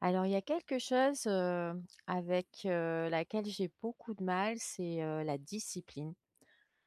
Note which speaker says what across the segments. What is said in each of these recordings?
Speaker 1: Alors, il y a quelque chose, avec, laquelle j'ai beaucoup de mal, c'est, la discipline.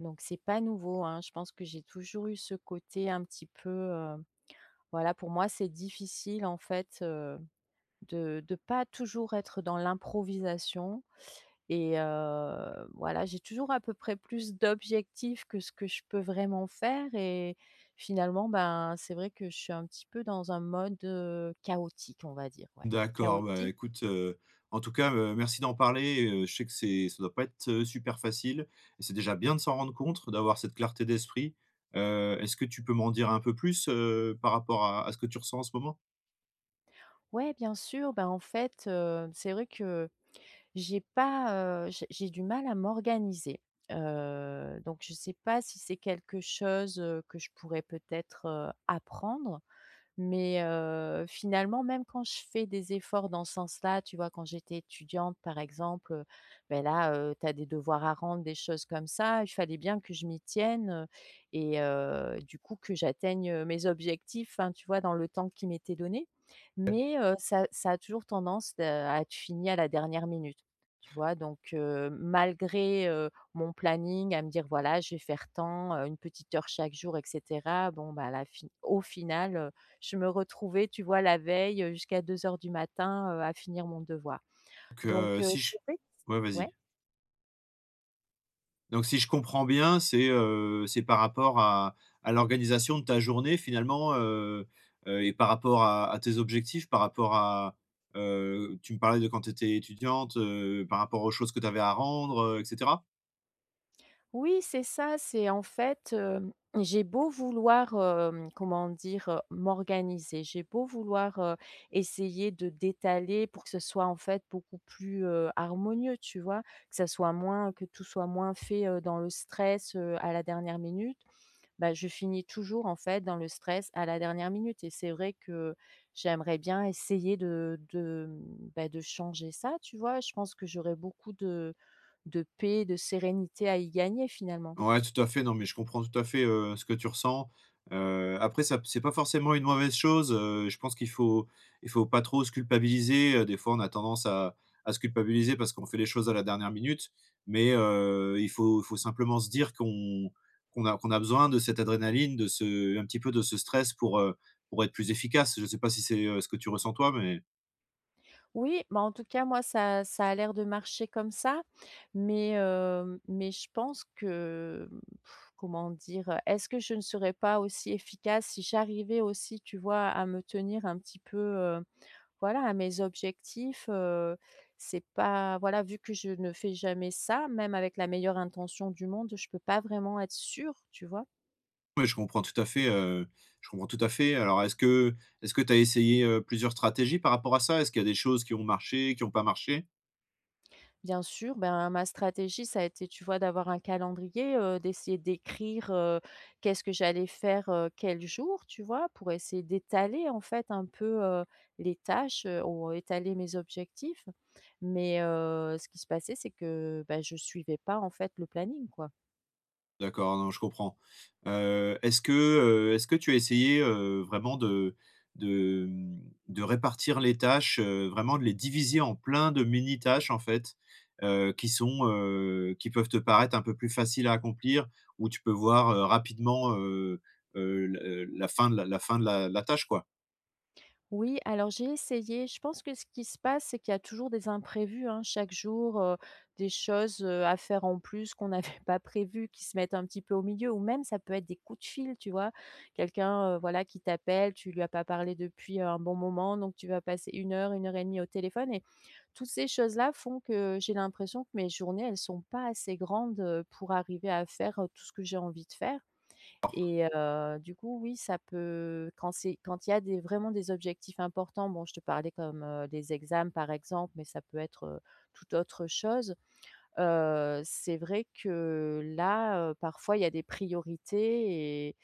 Speaker 1: Donc c'est pas nouveau, hein. Je pense que j'ai toujours eu ce côté un petit peu, voilà, pour moi, c'est difficile, en fait, de pas toujours être dans l'improvisation et voilà, j'ai toujours à peu près plus d'objectifs que ce que je peux vraiment faire et finalement, ben, c'est vrai que je suis un petit peu dans un mode, chaotique, on va dire, ouais.
Speaker 2: D'accord, bah,
Speaker 1: Chaotique.
Speaker 2: écoute, en tout cas, merci d'en parler, je sais que c'est ça doit pas être, super facile et c'est déjà bien de s'en rendre compte, d'avoir cette clarté d'esprit. Est-ce que tu peux m'en dire un peu plus, par rapport à ce que tu ressens en ce moment?
Speaker 1: Ouais, bien sûr. Bah, en fait, c'est vrai que j'ai pas, j'ai du mal à m'organiser. Donc je sais pas si c'est quelque chose, que je pourrais peut-être, apprendre. Mais finalement, même quand je fais des efforts dans ce sens-là, tu vois? Quand j'étais étudiante, par exemple, beh, là, tu as des devoirs à rendre, des choses comme ça. Il fallait bien que je m'y tienne, et du coup, que j'atteigne, mes objectifs, hein, tu vois? Dans le temps qui m'était donné. Mais ça a toujours tendance de à être fini à la dernière minute, tu vois? Donc malgré, mon planning à me dire: «Voilà, je vais faire tant, 1 petite heure chaque jour» et cetera. Bon, bah, à la fin au final, je me retrouvais, tu vois, la veille, jusqu'à 2 heures du matin, à finir mon devoir.
Speaker 2: Donc,
Speaker 1: Donc
Speaker 2: si je
Speaker 1: c'est vrai
Speaker 2: ouais,
Speaker 1: ouais.
Speaker 2: vas-y. Donc si je comprends bien, c'est par rapport à l'organisation de ta journée finalement, et par rapport à tes objectifs, par rapport à, tu me parlais de quand tu étais étudiante, par rapport aux choses que tu avais à rendre, et cetera?
Speaker 1: Oui, c'est ça, c'est en fait, j'ai beau vouloir, comment dire? M'organiser, j'ai beau vouloir, essayer de d'étaler pour que ce soit, en fait, beaucoup plus, harmonieux, tu vois? Que tout soit moins fait, dans le stress, à la dernière minute. Bah, je finis toujours, en fait, dans le stress à la dernière minute et c'est vrai que j'aimerais bien essayer de, bah, de changer ça, tu vois? Je pense que j'aurais beaucoup de paix, de sérénité à y gagner, finalement.
Speaker 2: Ouais, tout à fait. Non, mais je comprends tout à fait, ce que tu ressens. Après ça c'est pas forcément une mauvaise chose, je pense qu'il faut il faut pas trop se culpabiliser, des fois, on a tendance à se culpabiliser parce qu'on fait les choses à la dernière minute, mais il faut simplement se dire qu'on a besoin de cette adrénaline, de ce un petit peu de ce stress pour être plus efficace. Je sais pas si c'est, ce que tu ressens toi, mais
Speaker 1: Oui, bah, en tout cas, moi, ça a l'air de marcher comme ça, mais, mais je pense que, comment dire? Est-ce que je ne serais pas aussi efficace si j'arrivais aussi, tu vois, à me tenir un petit peu, voilà, à mes objectifs, c'est pas voilà, vu que je ne fais jamais ça, même avec la meilleure intention du monde, je peux pas vraiment être sûre, tu vois?
Speaker 2: ouais, je comprends tout à fait, je comprends tout à fait. Alors est-ce que tu as essayé, plusieurs stratégies par rapport à ça? Est-ce qu'il y a des choses qui ont marché, qui ont pas marché?
Speaker 1: Bien sûr, ben, ma stratégie, ça a été, tu vois, d'avoir un calendrier, d'essayer d'écrire, qu'est-ce que j'allais faire, quel jour, tu vois? Pour essayer d'étaler, en fait, un peu, les tâches, ou étaler mes objectifs. Mais ce qui se passait, c'est que, ben je suivais pas, en fait, le planning, quoi.
Speaker 2: D'accord, non, je comprends. Est-ce que, est-ce que tu as essayé, vraiment de de répartir les tâches, vraiment de les diviser en plein de mini tâches en fait, qui sont, qui peuvent te paraître un peu plus faciles à accomplir, où tu peux voir, rapidement, le la fin de la la fin de la la tâche quoi?
Speaker 1: Oui, alors j'ai essayé. Je pense que ce qui se passe, c'est qu'il y a toujours des imprévus, hein, chaque jour, des choses, à faire en plus qu'on n'avait pas prévues, qui se mettent un petit peu au milieu ou même ça peut être des coups de fil, tu vois? Quelqu'un, voilà, qui t'appelle, tu lui as pas parlé depuis un bon moment, donc tu vas passer une heure et demie au téléphone et toutes ces choses-là font que j'ai l'impression que mes journées, elles sont pas assez grandes, pour arriver à faire, tout ce que j'ai envie de faire. Et du coup, oui, ça peut quand il y a des vraiment des objectifs importants, bon, je te parlais comme, des examens, par exemple, mais ça peut être, toute autre chose. C'est vrai que là, parfois, il y a des priorités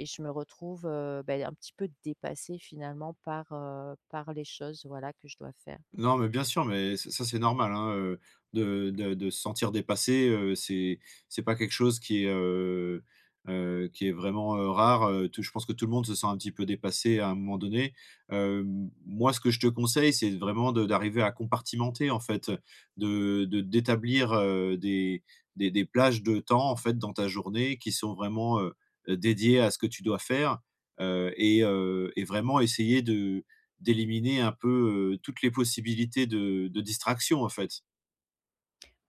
Speaker 1: et je me retrouve, beh, un petit peu dépassée finalement par, par les choses, voilà, que je dois faire.
Speaker 2: Non, mais bien sûr, mais ça, c'est normal, hein, de de se sentir dépassé, c'est pas quelque chose qui est vraiment, rare, tout je pense que tout le monde se sent un petit peu dépassé à un moment donné. Moi, ce que je te conseille, c'est vraiment de d'arriver à compartimenter, en fait, de d'établir, des des plages de temps, en fait, dans ta journée qui sont vraiment, dédiées à ce que tu dois faire, et vraiment essayer de d'éliminer un peu, toutes les possibilités de distraction, en fait.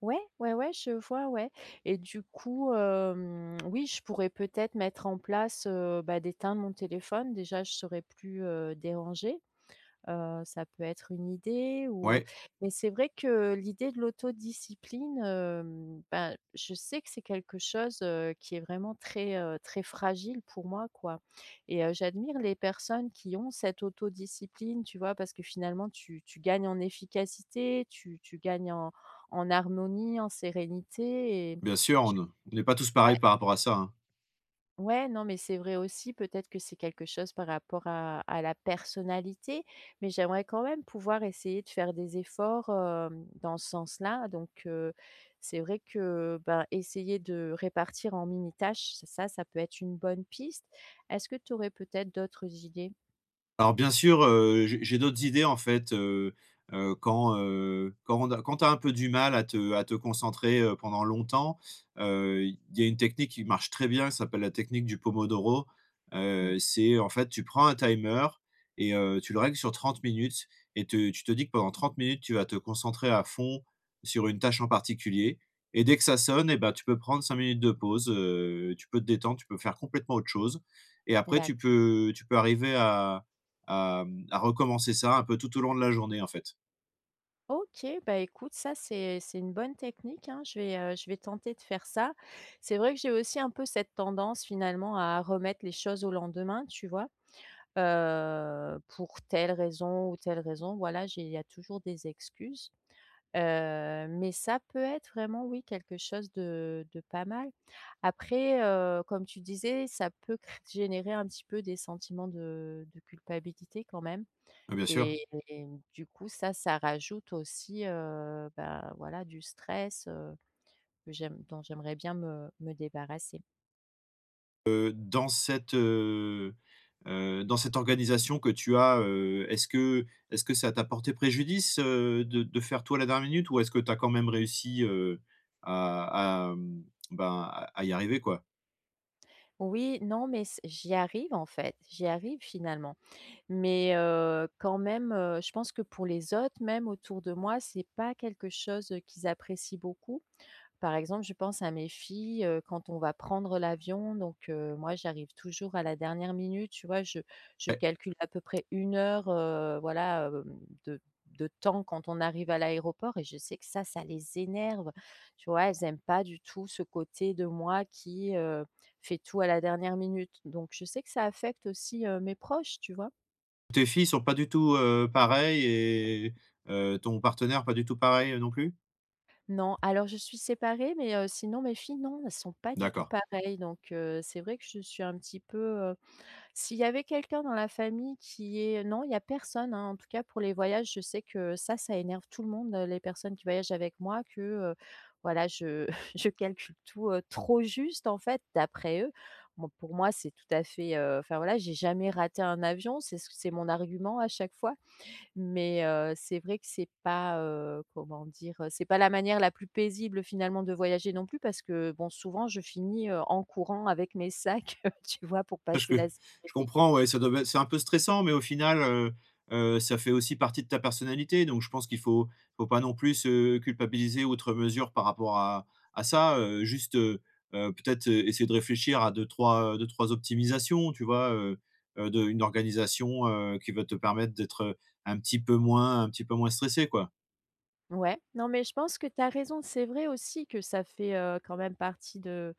Speaker 1: Ouais, ouais, ouais, je vois, ouais, et du coup, oui, je pourrais peut-être mettre en place, bah, d'éteindre mon téléphone. Déjà, je serais plus, dérangée. Ça peut être une idée ou
Speaker 2: Ouais,
Speaker 1: mais c'est vrai que l'idée de l'autodiscipline, ben, je sais que c'est quelque chose, qui est vraiment très, très fragile pour moi, quoi, et j'admire les personnes qui ont cette autodiscipline, tu vois? Parce que finalement tu gagnes en efficacité, tu gagnes en en harmonie, en sérénité et
Speaker 2: bien sûr, on n'est pas tous pareils par rapport à ça, hein.
Speaker 1: ouais, non, mais c'est vrai aussi, peut-être que c'est quelque chose par rapport à la personnalité, mais j'aimerais quand même pouvoir essayer de faire des efforts, dans ce sens-là. Donc, c'est vrai que, ben, essayer de répartir en mini tâches, ça peut être une bonne piste. Est-ce que tu aurais peut-être d'autres idées?
Speaker 2: Alors bien sûr, j'ai d'autres idées en fait, quand, quand on quand tu as un peu du mal à te concentrer, pendant longtemps, il y a une technique qui marche très bien, ça s'appelle la technique du pomodoro.
Speaker 1: Mmh.
Speaker 2: C'est en fait, tu prends un timer et tu le règles sur 30 minutes et te tu te dis que pendant 30 minutes, tu vas te concentrer à fond sur une tâche en particulier et dès que ça sonne et ben tu peux prendre 5 minutes de pause, tu peux te détendre, tu peux faire complètement autre chose et après tu
Speaker 1: D'accord.
Speaker 2: peux tu peux arriver à à recommencer ça un peu tout au long de la journée, en fait.
Speaker 1: OK, bah, écoute, ça, c'est une bonne technique, hein. Je vais tenter de faire ça. C'est vrai que j'ai aussi un peu cette tendance, finalement, à remettre les choses au lendemain, tu vois? Pour telle raison ou telle raison, voilà, j'ai il y a toujours des excuses, mais ça peut être vraiment, oui, quelque chose de pas mal. Après, comme tu disais, ça peut cr générer un petit peu des sentiments de culpabilité quand même,
Speaker 2: Bah, bien sûr.
Speaker 1: et du coup, ça rajoute aussi, bah, voilà, du stress, que j'aime dont j'aimerais bien me débarrasser.
Speaker 2: Dans cette, dans cette organisation que tu as, est-ce que ça t'a porté préjudice, de faire toi la dernière minute ou est-ce que tu as quand même réussi, à ben, à y arriver, quoi?
Speaker 1: Oui, non, mais c j'y arrive en fait, j'y arrive finalement. Mais quand même, je pense que pour les autres, même autour de moi, c'est pas quelque chose, qu'ils apprécient beaucoup. Par exemple, je pense à mes filles, quand on va prendre l'avion, donc moi, j'arrive toujours à la dernière minute, tu vois? Je
Speaker 2: Eh,
Speaker 1: calcule à peu près une heure, voilà, de temps quand on arrive à l'aéroport et je sais que ça les énerve. Tu vois? Elles aiment pas du tout ce côté de moi qui, fait tout à la dernière minute. Donc je sais que ça affecte aussi, mes proches, tu vois?
Speaker 2: tes filles sont pas du tout, pareilles et ton partenaire pas du tout pareil non plus?
Speaker 1: Non, alors je suis séparée, mais sinon mes filles, non, elles sont pas du tout
Speaker 2: D'accord.
Speaker 1: pareilles. Donc c'est vrai que je suis un petit peu, heu s'il y avait quelqu'un dans la famille qui est non, il y a personne, hein. En tout cas pour les voyages, je sais que ça énerve tout le monde, les personnes qui voyagent avec moi que, voilà, je je calcule tout, trop juste en fait d'après eux. Bon, pour moi, c'est tout à fait, enfin voilà, j'ai jamais raté un avion, c'est mon argument à chaque fois. Mais c'est vrai que c'est pas, comment dire? C'est pas la manière la plus paisible finalement de voyager non plus parce que, bon, souvent je finis, en courant avec mes sacs, tu vois, pour passer la
Speaker 2: Je
Speaker 1: sécurité.
Speaker 2: comprends, ouais, ça doit être c'est un peu stressant, mais au final, ça fait aussi partie de ta personnalité. Donc je pense qu'il faut faut pas non plus se culpabiliser outre mesure par rapport à ça, juste, peut-être, essayer de réfléchir à deux trois optimisations, tu vois? De une organisation, qui va te permettre d'être, un petit peu moins stressé, quoi.
Speaker 1: Ouais, non mais je pense que tu as raison. C'est vrai aussi que ça fait, quand même partie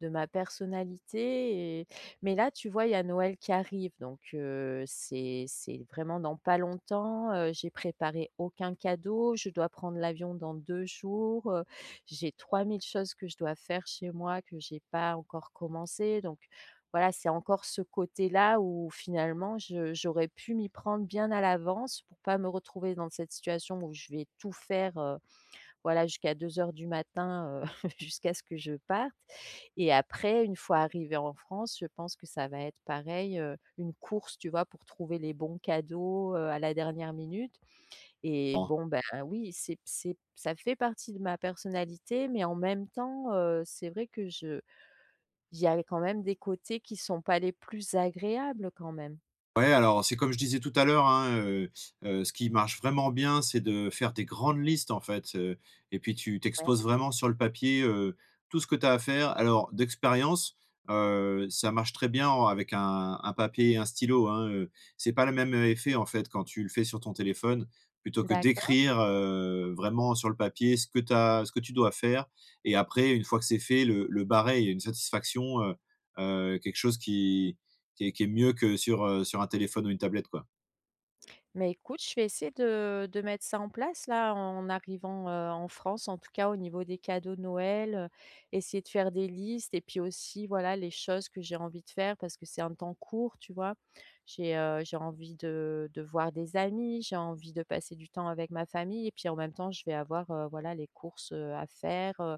Speaker 1: de ma personnalité et mais là, tu vois, il y a Noël qui arrive donc c'est vraiment dans pas longtemps, j'ai préparé aucun cadeau, je dois prendre l'avion dans 2 jours, j'ai 3 000 choses que je dois faire chez moi que j'ai pas encore commencé donc voilà, c'est encore ce côté-là où finalement je j'aurais pu m'y prendre bien à l'avance pour pas me retrouver dans cette situation où je vais tout faire, voilà, jusqu'à 2 heures du matin, jusqu'à ce que je parte et après une fois arrivée en France, je pense que ça va être pareil, une course, tu vois? Pour trouver les bons cadeaux, à la dernière minute et bon, ben, oui, c'est ça fait partie de ma personnalité, mais en même temps, c'est vrai que je il y a quand même des côtés qui sont pas les plus agréables quand même.
Speaker 2: Ouais, alors c'est comme je disais tout à l'heure, hein, ce qui marche vraiment bien, c'est de faire des grandes listes, en fait, et puis tu
Speaker 1: Ouais,
Speaker 2: t'exposes vraiment sur le papier, tout ce que tu as à faire. Alors d'expérience, ça marche très bien en avec un papier et un stylo, hein, c'est pas le même, effet, en fait, quand tu le fais sur ton téléphone, plutôt que
Speaker 1: d'accord.
Speaker 2: d'écrire, vraiment sur le papier ce que t'as, ce que tu dois faire et après une fois que c'est fait, le barrer. Il y a une satisfaction, quelque chose qui qui est mieux que sur, sur un téléphone ou une tablette, quoi.
Speaker 1: Mais écoute, je vais essayer de mettre ça en place là, en arrivant, en France, en tout cas au niveau des cadeaux de Noël, essayer de faire des listes et puis aussi, voilà, les choses que j'ai envie de faire parce que c'est un temps court, tu vois? J'ai envie de voir des amis, j'ai envie de passer du temps avec ma famille et puis en même temps je vais avoir, voilà, les courses, à faire,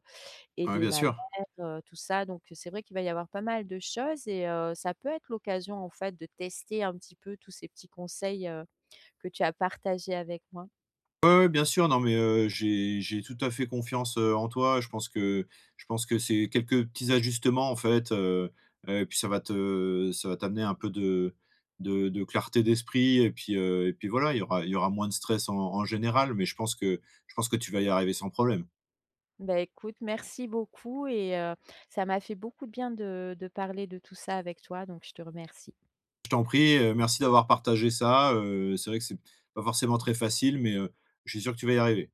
Speaker 2: Ouais,
Speaker 1: aider
Speaker 2: bien
Speaker 1: ma mère,
Speaker 2: sûr.
Speaker 1: tout ça donc c'est vrai qu'il va y avoir pas mal de choses et ça peut être l'occasion en fait de tester un petit peu tous ces petits conseils, que tu as partagé avec moi.
Speaker 2: Ouais, ouais, bien sûr, non, mais, j'ai tout à fait confiance, en toi. Je pense que c'est quelques petits ajustements, en fait, et puis ça va t'amener un peu de de clarté d'esprit et puis voilà, il y aura moins de stress en en général, mais je pense que tu vas y arriver sans problème.
Speaker 1: Bah, écoute, merci beaucoup et ça m'a fait beaucoup de bien de parler de tout ça avec toi, donc je te remercie.
Speaker 2: Je t'en prie, merci d'avoir partagé ça, c'est vrai que c'est pas forcément très facile mais, je suis sûr que tu vas y arriver.